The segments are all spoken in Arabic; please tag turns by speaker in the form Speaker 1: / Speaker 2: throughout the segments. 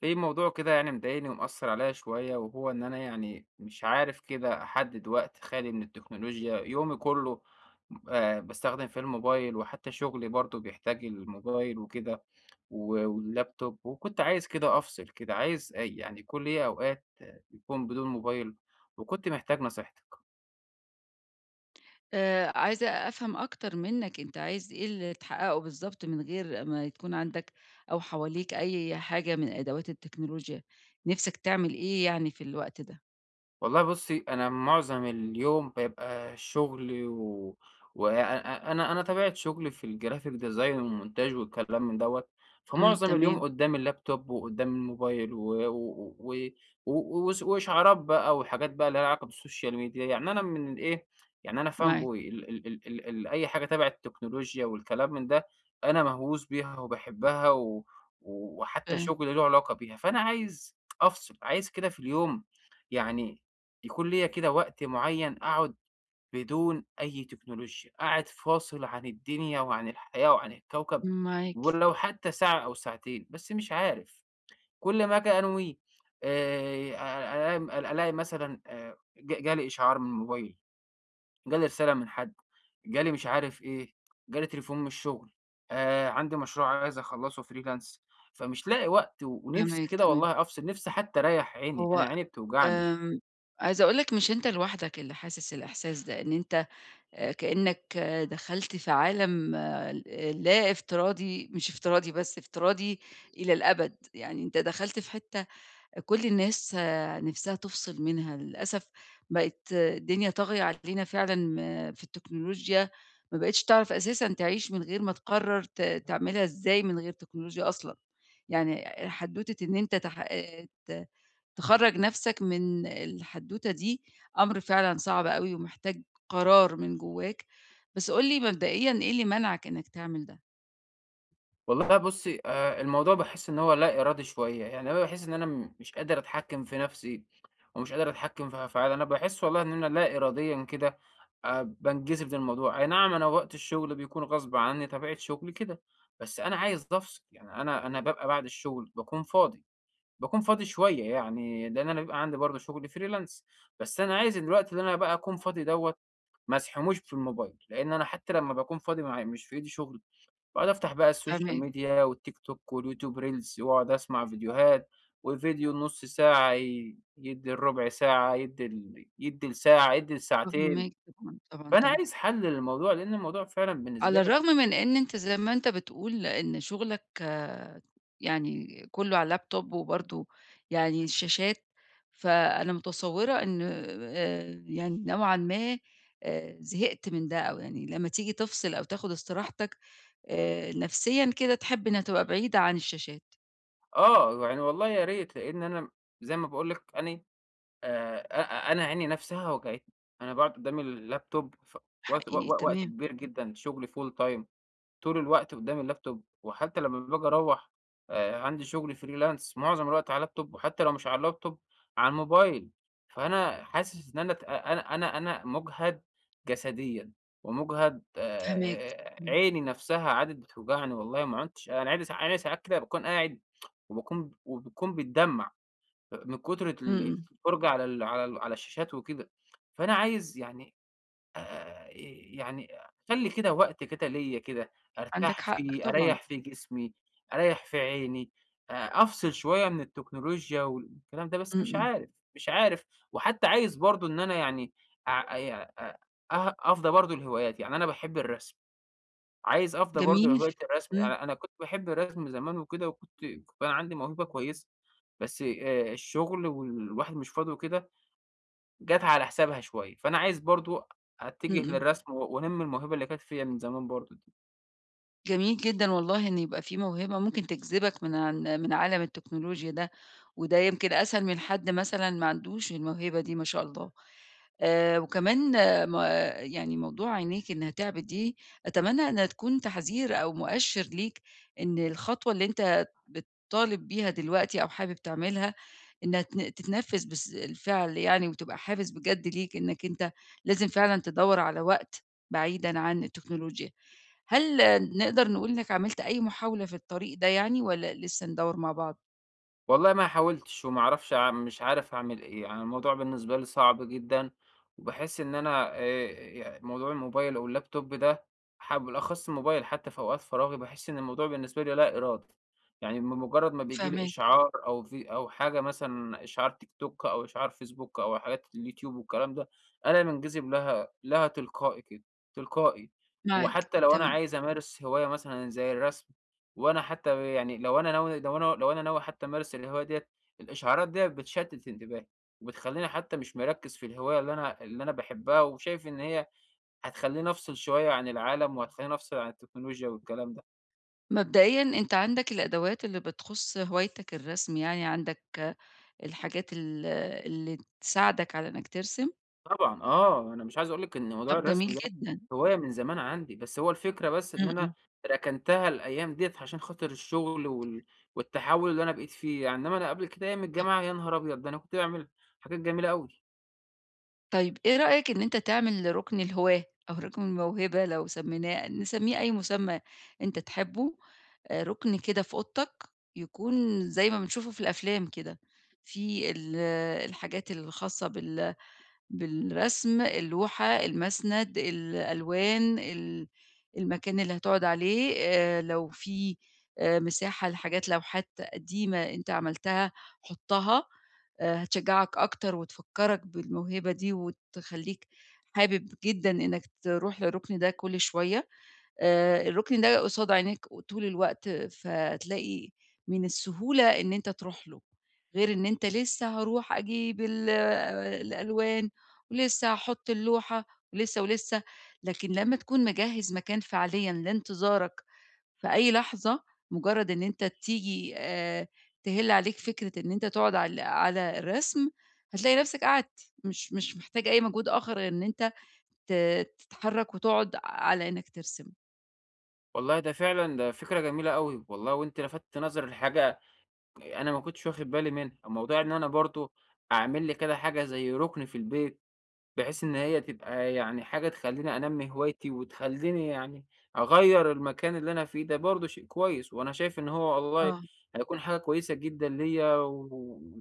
Speaker 1: في موضوع كده يعني مضايقني ومأثر عليا شوية وهو إن أنا يعني مش عارف كده أحدد وقت خالي من التكنولوجيا يومي كله. بستخدم في الموبايل وحتى شغلي برضو بيحتاج الموبايل وكده واللابتوب، وكنت عايز كده أفصل، كده عايز يعني كل إيه أوقات يكون بدون موبايل، وكنت محتاج نصيحتك.
Speaker 2: عايزة أفهم أكتر منّك أنت عايز إيه اللي تحققه بالضبط من غير ما تكون عندك أو حواليك أي حاجة من أدوات التكنولوجيا، نِفْسك تعمل إيه يعني في الوقت ده؟
Speaker 1: والله بُصّي، أنا معظم اليوم بيبقى شُغل و وأ أنا أنا طبيعة شُغلي في الgraphic design والmontage والكلام من دوّة،
Speaker 2: إمم،
Speaker 1: فمعظم اليوم
Speaker 2: تمام.
Speaker 1: قدّام اللابتوب وقدّام الموبايل و و و و وإش وإشعارات بقى وحاجات بقى اللي ليها علاقة بالsocial media، يعني أنا من الإيه، يعني أنا fanboy
Speaker 2: معاك.
Speaker 1: ال ال ال ال ال أي حاجة تبع التكنولوجيا والكلام من ده، أنا مهووس بيها وباحبها و وحتّى
Speaker 2: فاه
Speaker 1: شُغلي له علاقة بيها، فأنا عايز أفصل، عايز كده في اليوم يعني يكون ليّا كده وقت معيّن أقعد بدون أي تكنولوجيا، قاعد فاصل عن الدنيا وعن الحياة وعن الكوكب،
Speaker 2: معاك.
Speaker 1: ولو حتى ساعة أو ساعتين، بس مش عارف، كل ما آجي أنوي أ أ ألاقي مثلًا ج جالي إشعار من الموبايل، جالي رسالة من حد، جالي مش عارف إيه، جالي تليفون من الشغل، عندي مشروع عايز أخلّصه freelance، فمش لاقي وقت ونِفْسي
Speaker 2: فاهماك،
Speaker 1: كده
Speaker 2: تمام.
Speaker 1: والله أفصل، نِفْسي حتى أريّح عيني، أنا
Speaker 2: هو
Speaker 1: عيني بتوجعني.
Speaker 2: آمم، عايزة أقول لك مش أنت لوحدك اللي حاسس الإحساس ده، إن أنت كإنّك دخلت في عالم لا افتراضي، مش افتراضي بس، افتراضي إلى الأبد. يعني أنت دخلت في حتّة كل الناس نفسها تفصل منها. للأسف بقت الدنيا طاغية علينا فعلًا في التكنولوجيا، ما بقيتش تعرف أساسًا تعيش من غير ما تقرر تعملها إزاي من غير تكنولوجيا أصلًا. يعني حدوتة إن أنت تح ت تخرّج نفسك من الحدوتة دي أمر فعلًا صعب أوي ومحتاج قرار من جواك. بس قُل لي مبدئيًا إيه اللي منعك إنك تعمل ده؟
Speaker 1: والله بُصّي، الموضوع باحس إن هو لا إرادي شوية، يعني أنا باحس إن أنا مش قادر أتحكّم في نَفْسي، ومش قادر أتحكّم في أفعالي، أنا باحس والله إن أنا لا إراديًا كده بانجذب للموضوع، أي نعم أنا وقت الشُغل بيكون غصب عنّي طبيعة شُغلي كده، بس أنا عايز أفصل، يعني أنا بابقى بعد الشُغل باكون فاضي، باكون فاضي شوية يعني لإن أنا بيبقى عندي برضه شُغل freelance، بس أنا عايز الوقت اللي أنا بقى أكون فاضي دوّة ما أسحموش في الموبايل، لإن أنا حتّى لمّا باكون فاضي مع مش في إيدي شُغل. باقعد أفتح بقى السوشيال
Speaker 2: فاهماك.
Speaker 1: ميديا والتيك توك واليوتيوب ريلز وأقعد أسمع فيديوهات، والفيديو النُص ساعة يدّي الربع ساعة، يدّي يدّي لساعة، يدّي لساعتين،
Speaker 2: فاهماك طبعًا، طبعًا،
Speaker 1: فأنا
Speaker 2: طبعًا.
Speaker 1: عايز حَل للموضوع، لإن الموضوع فعلًا بالنسبة
Speaker 2: على
Speaker 1: لي.
Speaker 2: الرغم من إن أنت زي ما أنت بتقول إن شغلك يعني كله على اللابتوب وبرضه يعني الشاشات، فأنا متصوّرة إن يعني نوعًا ما زهقت من ده، أو يعني لمّا تيجي تفصل أو تاخد استراحتك نفسيًا كده تحب إنها تبقى بعيدة عن الشاشات.
Speaker 1: آه، يعني والله يا ريت، لإن أنا زي ما باقول لك، أنا أ أنا عيني نَفْسها وجعتني، أنا باقعد قدّام اللاب توب ف وقت و
Speaker 2: حقيقي
Speaker 1: و وقت
Speaker 2: تمام.
Speaker 1: كبير جدًا، شُغلي full time. طول الوقت قدّام اللابتوب، وحتى لمّا باجي أروّح عندي شغل freelance معظم الوقت على اللابتوب، وحتى لو مش على اللابتوب على الموبايل، فأنا حاسس إن أنا ت أنا أنا أنا مُجهد جسديًا، ومُجهد،
Speaker 2: فاهماك. إمم،
Speaker 1: عيني نفْسها عادت بتوجعني والله ما عُدتش أنا عيني، ساعات كده باكون قاعد وباكون، وبتكون بتدمّع من كتر
Speaker 2: إمم، إمم.
Speaker 1: الفرجة على الشاشات وكده، فأنا عايز يعني إيه، يعني خلّي كده وقت كده ليّا كده،
Speaker 2: عندك
Speaker 1: أرتاح
Speaker 2: حق
Speaker 1: فيه،
Speaker 2: طبعًا.
Speaker 1: أريّح فيه جسمي، أريّح في عيني، آآ، أفصل شوية من التكنولوجيا والكلام ده، بس
Speaker 2: إمم،
Speaker 1: مش
Speaker 2: إمم.
Speaker 1: عارف، مش عارف، وحتى عايز برضه إن أنا يعني أع يع أ أه أفضى برضه لهواياتي، يعني أنا باحب الرسم، عايز أفضى برضه
Speaker 2: جميل.
Speaker 1: لهواية الرسم،
Speaker 2: إمم،
Speaker 1: أنا كنت باحب الرسم زمان وكده، كان عندي موهبة كويسة، بس الشغل والواحد مش فاضي وكده جات على حسابها شوية، فأنا عايز برضه
Speaker 2: إمم،
Speaker 1: أتجه
Speaker 2: إمم.
Speaker 1: للرسم و وأنمّي الموهبة اللي كانت فيّا من زمان برضه.
Speaker 2: جميل جدًا والله إن يبقى في موهبة ممكن تجذبك من عالم التكنولوجيا ده، وده يمكن أسهل من حد مثلًا ما عندوش الموهبة دي ما شاء الله. وكمان ما يعني موضوع عينيك إنها تعبِت دي، أتمنى إنها تكون تحذير أو مؤشر ليك إن الخطوة اللي أنت بتطالب بيها دلوقتي أو حابب تعملها إنها تتنفّذ بس الفعل، يعني وتبقى حافز بجد ليك إنّك أنت لازم فعلًا تدوّر على وقت بعيدًا عن التكنولوجيا. هل نقدر نقول إنّك عملت أي محاولة في الطريق ده، يعني والّا لسه ندوّر مع بعض؟
Speaker 1: والله ما حاولتش وما اعرفش مش عارف اعمل ايه، يعني الموضوع بالنسبة لي صعب جدا، وبحس ان انا، يعني موضوع الموبايل او اللابتوب ده بالاخص الموبايل، حتى في اوقات فراغي بحس ان الموضوع بالنسبة لي لا ارادي، يعني بمجرد ما بيجي لي
Speaker 2: فاهماك.
Speaker 1: اشعار او في او حاجة مثلا اشعار تيك توك او اشعار فيسبوك او حاجات اليوتيوب والكلام ده، انا منجذب لها تلقائي كده، تلقائي.
Speaker 2: معاك،
Speaker 1: وحتى لو انا
Speaker 2: تمام.
Speaker 1: عايز امارس هواية مثلا زي الرسم، وأنا حتى يعني لو أنا ناوي حتى أمارس الهواية ديّة، الإشعارات ديّة بتشتت انتباهي، وبتخلّيني حتى مش مركّز في الهواية اللي أنا باحبها، وشايف إن هي هتخلّيني أفصل شوية عن العالم، وهتخلّيني أفصل عن التكنولوجيا والكلام ده.
Speaker 2: مبدئيًا أنت عندك الأدوات اللي بتخُص هوايتك الرسم، يعني عندك الحاجات اللي تساعدك على إنّك ترسم.
Speaker 1: طبعًا، أنا مش عايز أقول لِك إن موضوع
Speaker 2: طَب جميل
Speaker 1: الرسم ده
Speaker 2: جدًا.
Speaker 1: هواية من زمان عندي، بس هو الفكرة بس إن
Speaker 2: إمم،
Speaker 1: أنا
Speaker 2: إمم.
Speaker 1: ركنتها الأيام ديّة عشان خاطر الشغل والتحوّل اللي أنا بقيت فيه، يعني إنّما أنا قبل كده أيام الجامعة يا نهار أبيض! ده أنا كنت باعمل حاجات جميلة أوي.
Speaker 2: طيب إيه رأيك إن أنت تعمل رُكن الهواة أو رُكن الموهبة لو نسميه أي مسمى أنت تحبه، رُكن كده في أوضتك يكون زي ما بنشوفه في الأفلام كده، في ال آه، الحاجات الخاصة بالرسم، اللوحة، المسند، الألوان، المكان اللي هتقعد عليه، لو في مساحة لوحات قديمة أنت عملتها حُطّها. هتشجّعك أكتر وتفكّرك بالموهبة دي وتخلّيك حابب جدًا إنّك تروح للرُكن ده كل شوية. الركن ده قصاد عينيك طول الوقت، فتلاقي من السهولة إن أنت تروح له، غير إن أنت لسه هاروح أجيب ال آه، الألوان، ولسه هاحط اللوحة، ولسه، ولسه. لكن لمّا تكون مجهّز مكان فعليًا لانتظارك في أي لحظة، مجرد إن أنت تيجي تهِل عليك فكرة إن أنت تقعد على الرسم، هتلاقي نفسك قعدت، مش محتاج أي مجهود آخر غير إن أنت ت تتحرك وتقعد على إنك ترسم.
Speaker 1: والله ده فعلًا ده فكرة جميلة أوي، والله وأنتِ لفتِّ نظري لحاجة أنا ما كنتش واخد بالي منها، موضوع إن أنا برضه أعمل لي كده حاجة زي رُكن في البيت، بحيث إن هي تبقى يعني حاجة تخلّيني أنمّي هوايتي، وتخلّيني يعني أغيّر المكان اللي أنا فيه، ده برضه شيء كويس، وأنا شايف إن هو والله
Speaker 2: آه.
Speaker 1: هيكون حاجة كويسة جدًا ليّا، و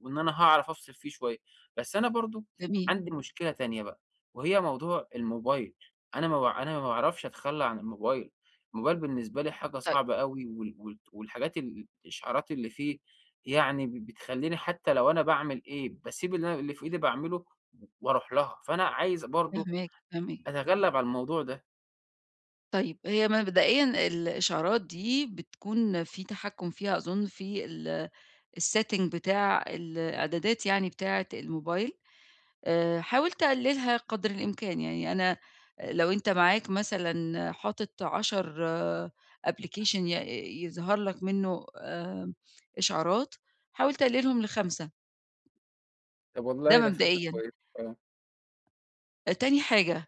Speaker 1: وإن أنا هاعرف أفصل فيه شوية. بس أنا برضه
Speaker 2: جميل.
Speaker 1: عندي مشكلة تانية بقى، وهي موضوع الموبايل، أنا ما باعرفش أتخلّى عن الموبايل، الموبايل بالنسبة لي حاجة
Speaker 2: طيب
Speaker 1: صعبة أوي، وال وال والحاجات الإشعارات اللي فيه يعني بتخلّيني حتى لو أنا باعمل إيه، باسيب اللي في إيدي باعمله وأروح لها، فأنا عايز برضه
Speaker 2: فاهماك، فاهماك.
Speaker 1: أتغلب على الموضوع ده.
Speaker 2: طيب هي مبدئيًا الإشعارات دي بتكون في تحكُّم فيها أظُن في الsetting بتاع الإعدادات، يعني بتاعة الموبايل. حاول تقلِّلها قدر الإمكان. يعني أنا لو أنت معاك مثلًا حاطط 10 application يظهر لك منّه إشعارات، حاول تقلِّلهم ل5.
Speaker 1: طب
Speaker 2: ده
Speaker 1: والله ده فكرة
Speaker 2: مبدئيًا.
Speaker 1: كويسة. آه.
Speaker 2: تاني حاجة،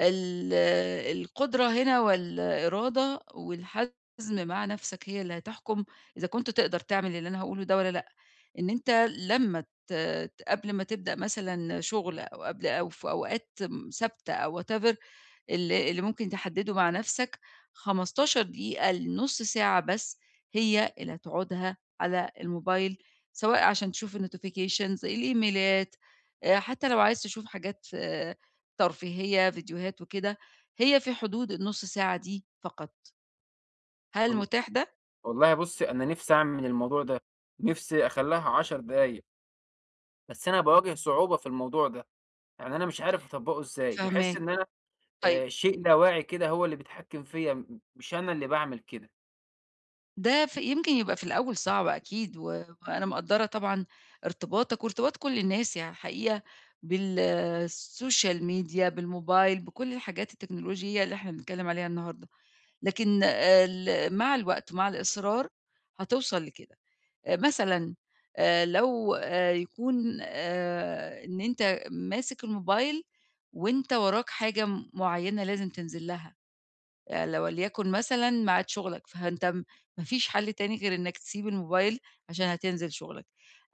Speaker 2: ال آه، القدرة هنا والإرادة والحزم مع نَفْسك هي اللي هتحكُم إذا كنت تقدر تعمل اللي أنا هاقوله ده والّا لأ، إن أنت لمّا ت قبل ما تبدأ مثلًا شُغل، أو قبل، أو في أوقات ثابتة، أو whatever اللي ممكن تحدّده مع نَفْسك، 15 دقيقة لنُص ساعة بس هي اللي هتقعدها على الموبايل، سواء عشان تشوف الnotifications الإيميلات، حتّى لو عايز تشوف حاجات ترفيهية، فيديوهات وكده، هي في حدود النُص ساعة دي فقط. هل
Speaker 1: وال
Speaker 2: متاح ده؟
Speaker 1: والله بُصّي أنا نِفْسي أعمل الموضوع ده، نِفْسي أخلّيها 10 دقايق، بس أنا باواجه صعوبة في الموضوع ده، يعني أنا مش عارف أطبّقه إزاي، باحس
Speaker 2: فاهماك.
Speaker 1: إن أنا
Speaker 2: طيب
Speaker 1: شيء لا واعي كده هو اللي بيتحكم فيّا، مش أنا اللي باعمل كده.
Speaker 2: ده يمكن يبقى في الأول صعب أكيد، و وأنا مقدّرة طبعًا ارتباطك وارتباط كل الناس حقيقة بالسوشيال ميديا، بالموبايل، بكل الحاجات التكنولوجية اللي إحنا بنتكلّم عليها النهارده، لكن آه، ال مع الوقت ومع الإصرار هتوصل لكده. مثلًا لو يكون إن أنت ماسك الموبايل وأنت وراك حاجة معيّنة لازم تنزل لها. ل وليكن مثلًا ميعاد شغلك، فأنت ما فيش حل تاني غير إنك تسيب الموبايل عشان هتنزل شغلك،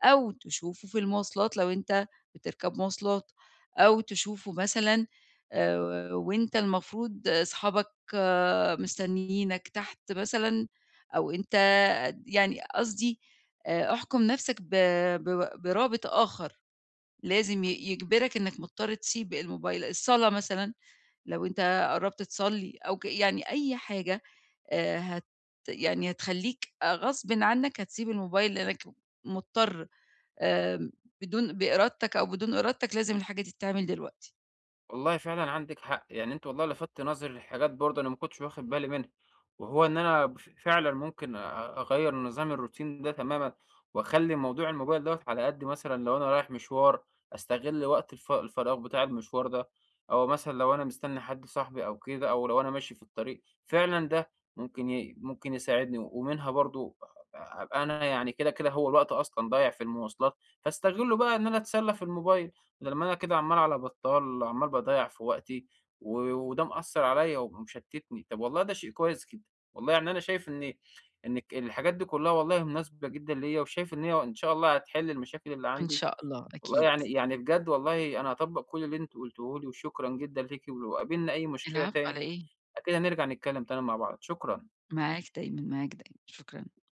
Speaker 2: أو تشوفه في المواصلات لو أنت بتركب مواصلات، أو تشوفه مثلًا وأنت المفروض أصحابك مستنيينك تحت مثلًا، أو أنت يعني قصدي احكم نفسك ب ب برابط آخر لازم يجبرك إنك مضطر تسيب الموبايل، الصلاة مثلًا. لو أنت قرّبت تصلّي أو يعني أي حاجة هت يعني هتخلّيك غصبٍ عنّك هتسيب الموبايل لإنّك مضطر. آمم بإرادتك أو بدون إرادتك لازم الحاجة دي تتعمل دلوقتي.
Speaker 1: والله فعلًا عندِك حق، يعني أنتِ والله لفتّ نظري لحاجات برضه أنا ما كنتش واخد بالي منها، وهو إن أنا فعلًا ممكن أغيّر نظام الروتين ده تمامًا، وأخلّي موضوع الموبايل دوّة على قد مثلًا لو أنا رايح مشوار، أستغل وقت الفراغ بتاع المشوار ده، أو مثلًا لو أنا مستني حد صاحبي أو كده، أو لو أنا ماشي في الطريق، فعلًا ده ممكن يساعدني، ومنها برضه أبقى أنا يعني كده، كده هو الوقت أصلًا ضايع في المواصلات، فأستغله بقى إن أنا أتسلى في الموبايل. لمّا أنا كده عمّال على بطّال، عمّال باضيّع في وقتي، و وده مأثّر عليَّ ومشتّتني. طب والله ده شيء كويس جدًا، والله يعني أنا شايف إن إن ك الحاجات دي كلّها والله مناسبة جدًا ليَّ، وشايف إن هي إن شاء الله هتحل المشاكل اللي
Speaker 2: إن
Speaker 1: عندي.
Speaker 2: شاء الله
Speaker 1: والله
Speaker 2: أكيد.
Speaker 1: يعني بجد والله أنا هاطبّق كل اللي أنتِ قُلتيه لي، وشكرًا جدًا ليكِ، ولو قابلنا أي مشكلة
Speaker 2: العفو على
Speaker 1: تاني
Speaker 2: إيه؟
Speaker 1: أكيد هنرجع نتكلّم تاني مع بعض. شكرًا.
Speaker 2: معاك دايمًا، معاك دايمًا. شكرًا.